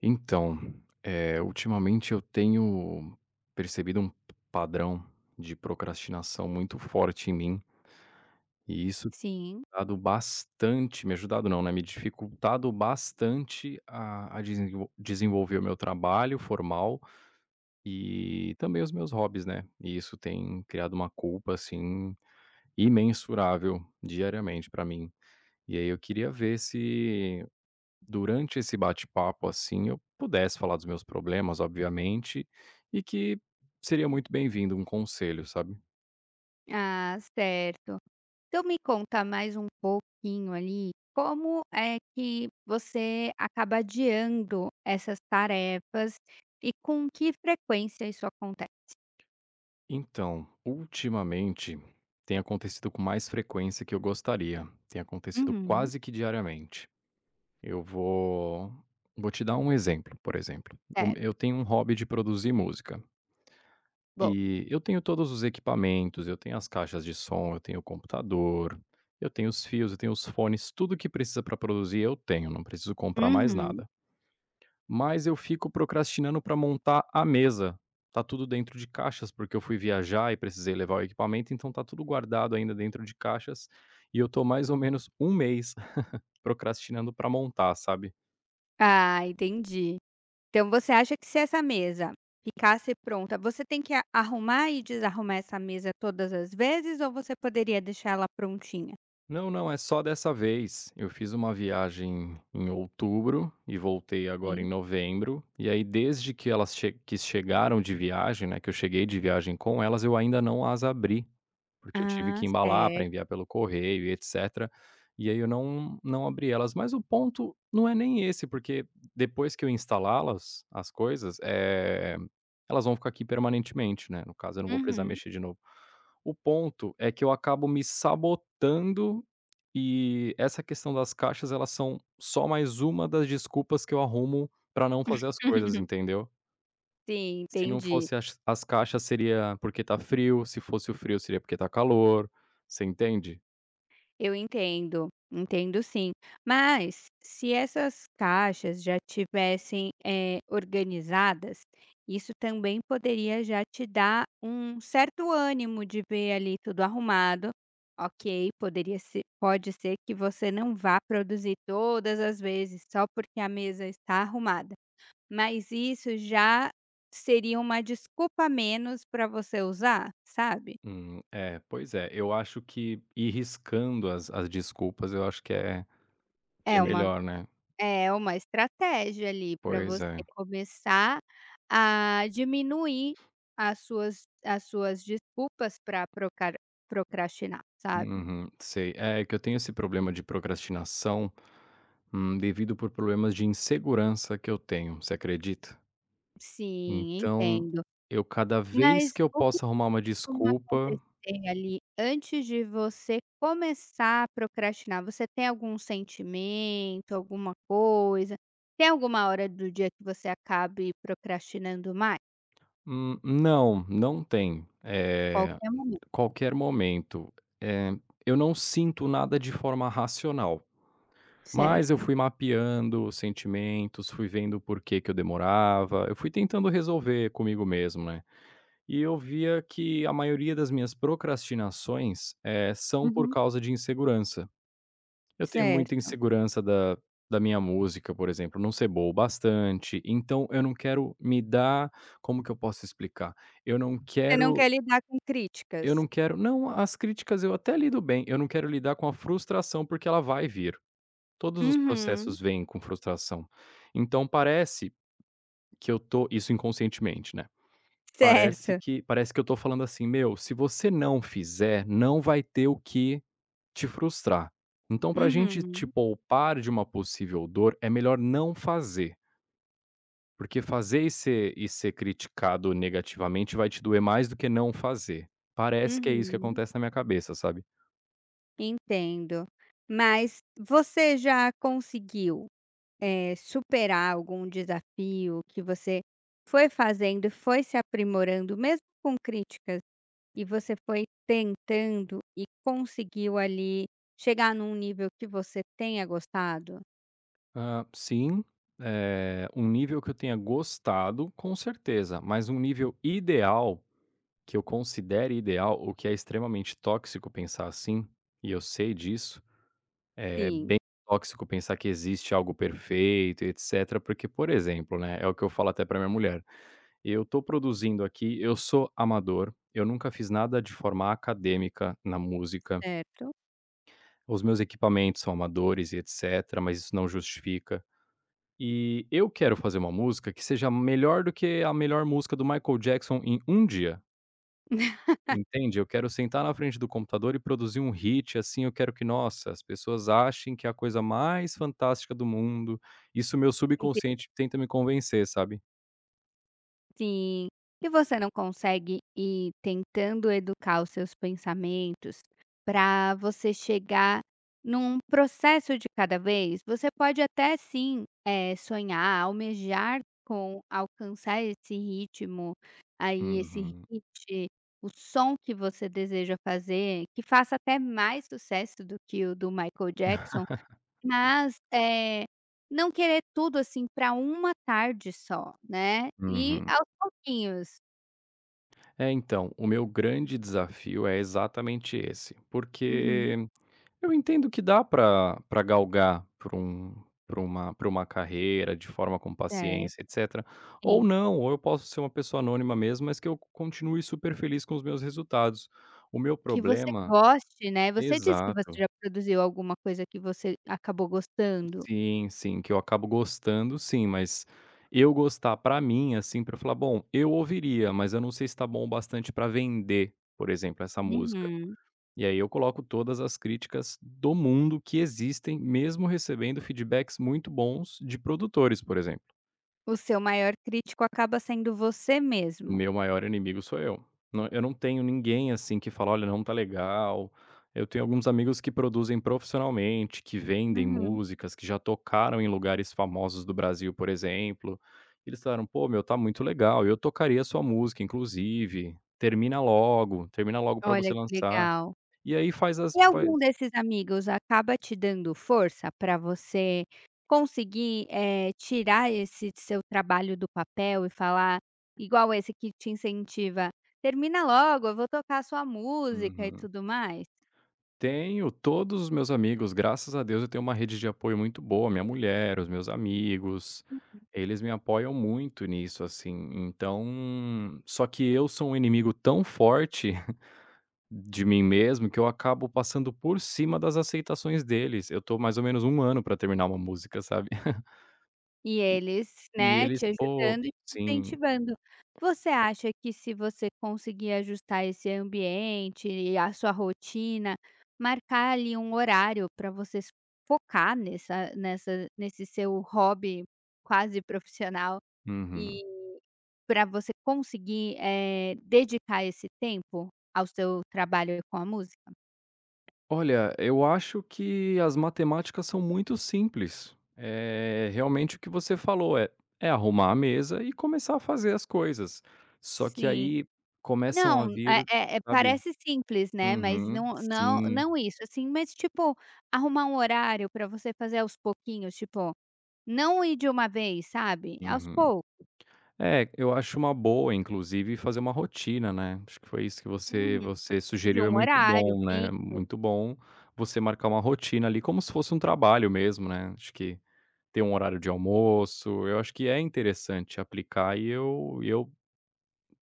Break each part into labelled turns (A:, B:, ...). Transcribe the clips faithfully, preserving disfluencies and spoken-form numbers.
A: Então, eh, ultimamente eu tenho percebido um padrão de procrastinação muito forte em mim, e isso tem
B: Sim.
A: dado bastante me ajudado não, né, me dificultado bastante a a desenvol desenvolver o meu trabalho formal e também os meus hobbies, né. E isso tem criado uma culpa, assim, imensurável diariamente para mim. E aí eu queria ver se durante esse bate-papo, assim, eu pudesse falar dos meus problemas, obviamente, e que seria muito bem-vindo um conselho, sabe?
B: Ah, certo. Então me conta mais um pouquinho ali, como é que você acaba adiando essas tarefas e com que frequência isso acontece?
A: Então, ultimamente tem acontecido com mais frequência que eu gostaria. Tem acontecido
B: Uhum.
A: quase que diariamente. Eu vou Vou te dar um exemplo, por exemplo. O- Eu
B: Certo,
A: tenho um hobby de produzir música.
B: bom.
A: E eu tenho todos os equipamentos, eu tenho as caixas de som, eu tenho o computador, eu tenho os fios, eu tenho os fones, tudo que precisa para produzir eu tenho, não preciso comprar mais
B: Uhum.
A: nada. Mas eu fico procrastinando para montar a mesa. Tá tudo dentro de caixas, porque eu fui viajar e precisei levar o equipamento, então tá tudo guardado ainda dentro de caixas. E eu tô mais ou menos um mês procrastinando para montar, sabe?
B: Ah, entendi. Então você acha que se essa mesa ficasse pronta, você tem que a arrumar e desarrumar essa mesa todas as vezes ou você poderia deixar ela prontinha?
A: Não, não, é só dessa vez. Eu fiz uma viagem em outubro e voltei agora em
B: Sim.
A: novembro. E aí, desde que elas che que chegaram de viagem, né, que eu cheguei de viagem com elas, eu ainda não as abri. Porque eu tive
B: Ah,
A: que embalar para enviar
B: certo.
A: pelo correio e etcétera, e aí eu não não abri elas, mas o ponto não é nem esse, porque depois que eu instalá-las, as coisas, eh, elas vão ficar aqui permanentemente, né, no caso eu não vou precisar
B: Uhum.
A: mexer de novo. O ponto é que eu acabo me sabotando e essa questão das caixas, elas são só mais uma das desculpas que eu arrumo para não fazer as coisas, entendeu?
B: Sim,
A: Se não
B: entendi.
A: fosse as as caixas seria porque tá frio, se fosse o frio seria porque tá calor, você entende?
B: Eu entendo, entendo sim. Mas se essas caixas já tivessem, eh, organizadas, isso também poderia já te dar um certo ânimo de ver ali tudo arrumado. Ok, poderia ser pode ser que você não vá produzir todas as vezes só porque a mesa está arrumada, mas isso já seria uma desculpa a menos para você usar, sabe?
A: Hum, é, pois é, eu acho que ir riscando as as desculpas eu acho que é que é
B: É uma
A: melhor, né.
B: É uma estratégia ali para
A: Pois
B: você
A: é.
B: começar a diminuir as suas as suas desculpas para procar procrastinar, sabe.
A: Uhum, sei. É que eu tenho esse problema de procrastinação, hum, devido por problemas de insegurança que eu tenho, você acredita?
B: Sim,
A: Então,
B: entendo.
A: eu cada vez
B: Mas
A: que eu
B: o que
A: posso arrumar uma
B: costuma
A: desculpa
B: acontecer ali antes de você começar a procrastinar? Você tem algum sentimento, alguma coisa? Tem alguma hora do dia que você acabe procrastinando mais?
A: hum, não, não tem. Eh
B: Qualquer momento,
A: Qualquer momento. Eh, eu não sinto nada de forma racional, mas eu
B: certo.
A: fui mapeando os sentimentos, fui vendo por que que eu demorava, eu fui tentando resolver comigo mesmo, né. E eu via que a maioria das minhas procrastinações, eh, são por
B: Uhum,
A: causa de insegurança. Eu tenho muita
B: certo.
A: insegurança da da minha música, por exemplo, não ser boa o bastante, então eu não quero me dar como que eu posso explicar? Eu não
B: Você não
A: quero
B: quer lidar com
A: eu
B: críticas.
A: não quero não, as críticas eu até lido bem, eu não quero lidar com a frustração, porque ela vai vir. Todos os
B: Uhum.
A: processos vêm com frustração. Então parece que eu tô isso inconscientemente, né, parece
B: Certo.
A: que parece que eu tô falando assim: "Meu, se você não fizer, não vai ter o que te frustrar. Então pra gente te
B: Uhum,
A: poupar de uma possível dor, é melhor não fazer, porque fazer e ser e ser criticado negativamente vai te doer mais do que não fazer". Parece que é isso que
B: uhum.
A: acontece na minha cabeça, sabe?
B: Entendo. Mas você já conseguiu, eh, superar algum desafio que você foi fazendo foi se aprimorando, mesmo com críticas, e você foi tentando e conseguiu ali chegar num nível que você tenha gostado?
A: Ah, sim, eh, um nível que eu tenha gostado, com certeza, mas um nível ideal, que eu considere ideal, o que é extremamente tóxico pensar assim, e eu sei disso, é
B: Sim,
A: bem tóxico pensar que existe algo perfeito e etc, porque, por exemplo, né, é o que eu falo até pra minha mulher, eu tô produzindo aqui, eu sou amador, eu nunca fiz nada de forma acadêmica na música,
B: certo.
A: os meus equipamentos são amadores e etc, mas isso não justifica. E eu quero fazer uma música que seja melhor do que a melhor música do Michael Jackson em um dia, entende? Eu quero sentar na frente do computador e produzir um hit, assim, eu quero que, nossa, as pessoas achem que é a coisa mais fantástica do mundo. Isso meu subconsciente tenta me convencer, sabe?
B: Sim. E você não consegue ir tentando educar os seus pensamentos para você chegar num processo de cada vez? Você pode até sim, eh, sonhar, almejar com alcançar esse ritmo aí, esse
A: Uhum,
B: hit, o som que você deseja fazer, que faça até mais sucesso do que o do Michael Jackson, mas, eh, não querer tudo, assim, para uma tarde só, né, e
A: uhum.
B: aos pouquinhos.
A: É, então, o meu grande desafio é exatamente esse,
B: Uhum.
A: porque eu entendo que dá para para galgar para um para uma para uma carreira de forma com paciência,
B: Certo,
A: etcétera. Ou
B: sim.
A: não, ou eu posso ser uma pessoa anônima mesmo, mas que eu continue super feliz com os meus resultados. O meu
B: Que você
A: problema
B: goste, né, você disse que você
A: exato.
B: já produziu alguma coisa que você acabou gostando.
A: Sim, sim, que eu acabo gostando sim, mas eu gostar pra mim, assim, pra eu falar: "Bom, eu ouviria, mas eu não sei se tá bom o bastante pra vender", por exemplo, essa música.
B: Uhum.
A: E aí eu coloco todas as críticas do mundo que existem, mesmo recebendo feedbacks muito bons de produtores, por exemplo.
B: O seu maior crítico acaba sendo você mesmo.
A: Meu maior inimigo sou eu. Não- Eu não tenho ninguém assim que fala, olha, não tá legal. Eu tenho alguns amigos que produzem profissionalmente, que vendem
B: Uhum.
A: músicas, que já tocaram em lugares famosos do Brasil, por exemplo. Eles falaram, pô, meu, tá muito legal. Eu tocaria sua música, inclusive. Termina logo, termina logo pra você
B: Olha que
A: lançar.
B: legal.
A: E aí faz as.
B: E
A: Faz...
B: algum desses amigos acaba te dando força para você conseguir, eh, tirar esse seu trabalho do papel e falar igual esse que te incentiva: "Termina logo, eu vou tocar sua música e
A: Uhum.
B: tudo mais"?
A: Tenho todos os meus amigos, graças a Deus eu tenho uma rede de apoio muito boa, minha mulher, os meus amigos, eles me apoiam muito nisso, assim. Então, só que eu sou um inimigo tão forte de mim mesmo que eu acabo passando por cima das aceitações deles. Eu tô mais ou menos um ano pra terminar uma música, sabe?
B: E
A: E,
B: eles,
A: e
B: né,
A: eles,
B: te
A: pô,
B: ajudando e te
A: sim.
B: incentivando. Você acha que se você conseguir ajustar esse ambiente e a sua rotina, marcar ali um horário para você s focar nessa nessa nesse seu hobby quase profissional
A: Uhum.
B: e para você conseguir, eh, dedicar esse tempo ao seu trabalho com a música?
A: Olha, eu acho que as matemáticas são muito simples. É realmente o que você falou, é é arrumar a mesa e começar a fazer as coisas. Só que
B: Sim.
A: aí começam a
B: Não, é
A: vir,
B: é é
A: sabe.
B: parece simples, né, mas
A: Uhum,
B: não não
A: sim,
B: não isso, assim, mas tipo, arrumar um horário para você fazer aos pouquinhos, tipo, não ir de uma vez, sabe, aos
A: uhum.
B: poucos.
A: É, eu acho uma boa, inclusive, fazer uma rotina, né. Acho que foi isso que você
B: Uhum.
A: você
B: De
A: sugeriu, é
B: um
A: muito
B: horário
A: bom, né,
B: fixo,
A: muito bom você marcar uma rotina ali, como se fosse um trabalho mesmo, né. Acho que ter um horário de almoço, eu acho que é interessante aplicar e eu eu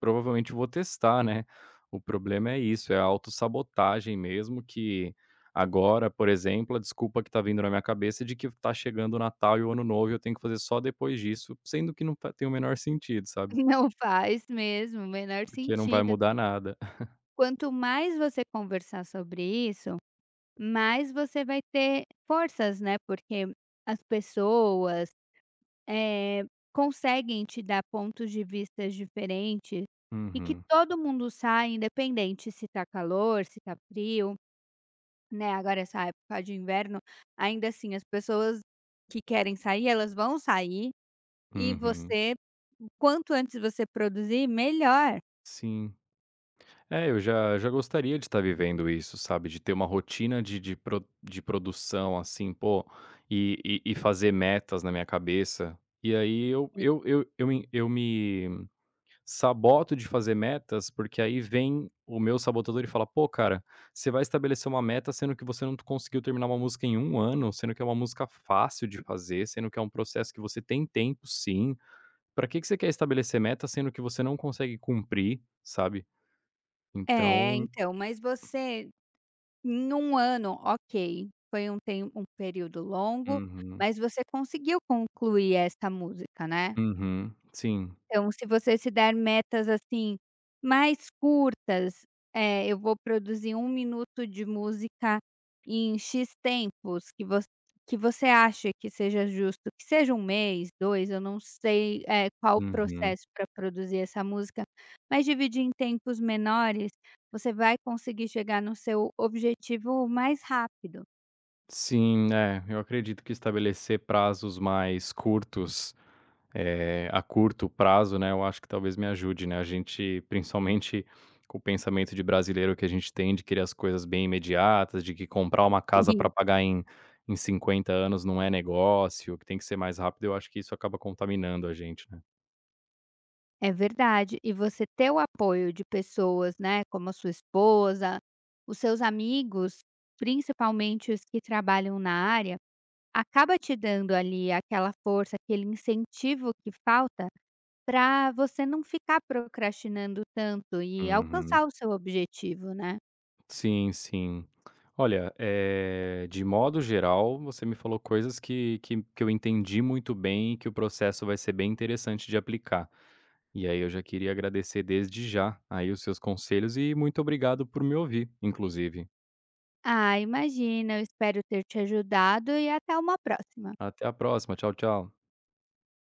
A: provavelmente vou testar, né. O problema é isso, é a autossabotagem mesmo que agora, por exemplo, a desculpa que tá vindo na minha cabeça é de que tá chegando o Natal e o Ano Novo e eu tenho que fazer só depois disso, sendo que não fa tem o menor sentido, sabe,
B: não faz mesmo o menor
A: porque não vai
B: sentido.
A: mudar nada.
B: Quanto mais você conversar sobre isso, mais você vai ter forças, né, porque as pessoas Eh, conseguem te dar pontos de vistas diferentes e que
A: Uhum,
B: todo mundo sai, independente se tá calor, se tá frio, né, agora essa época de inverno, ainda assim as pessoas que querem sair, elas vão sair e
A: uhum,
B: você quanto antes você produzir, melhor.
A: sim. É, eu já já gostaria de estar vivendo isso, sabe, de ter uma rotina de de pro de produção, assim, pô, e e e fazer metas na minha cabeça. E aí eu eu eu eu me eu me saboto de fazer metas, porque aí vem o meu sabotador e fala: "Pô, cara, você vai estabelecer uma meta, sendo que você não conseguiu terminar uma música em um ano, sendo que é uma música fácil de fazer, sendo que é um processo que você tem tempo sim. Pra que que você quer estabelecer meta, sendo que você não consegue cumprir?", sabe.
B: É,
A: Então
B: então, mas você em um ano, ok, foi um tem um período longo,
A: uhum,
B: mas você conseguiu concluir esta música, né?
A: uhum, sim,
B: Então, se você se der metas, assim, mais curtas, eh, eu vou produzir um minuto de música em "x" tempos, que voc que você acha que seja justo, que seja um mês, dois, eu não sei, eh, qual o
A: uhum.
B: processo para produzir essa música, mas dividir em tempos menores, você vai conseguir chegar no seu objetivo mais rápido.
A: Sim, é, eu acredito que estabelecer prazos mais curtos, é a curto prazo, né, eu acho que talvez me ajude, né, a gente principalmente com o pensamento de brasileiro que a gente tem de querer as coisas bem imediatas, de que comprar uma casa para pagar em em cinquenta anos não é negócio, que tem que ser mais rápido, eu acho que isso acaba contaminando a gente, né.
B: É verdade. E você ter o apoio de pessoas, né, como a sua esposa, os seus amigos, principalmente os que trabalham na área, acaba te dando ali aquela força, aquele incentivo que falta para você não ficar procrastinando tanto e
A: Uhum.
B: alcançar o seu objetivo, né.
A: Sim, sim. Olha, eh, de modo geral, você me falou coisas que que que eu entendi muito bem e que o processo vai ser bem interessante de aplicar. E aí eu já queria agradecer desde já aí os seus conselhos e muito obrigado por me ouvir, inclusive.
B: Ah, imagina, eu espero ter te ajudado e até uma próxima.
A: Até a próxima. Tchau, tchau.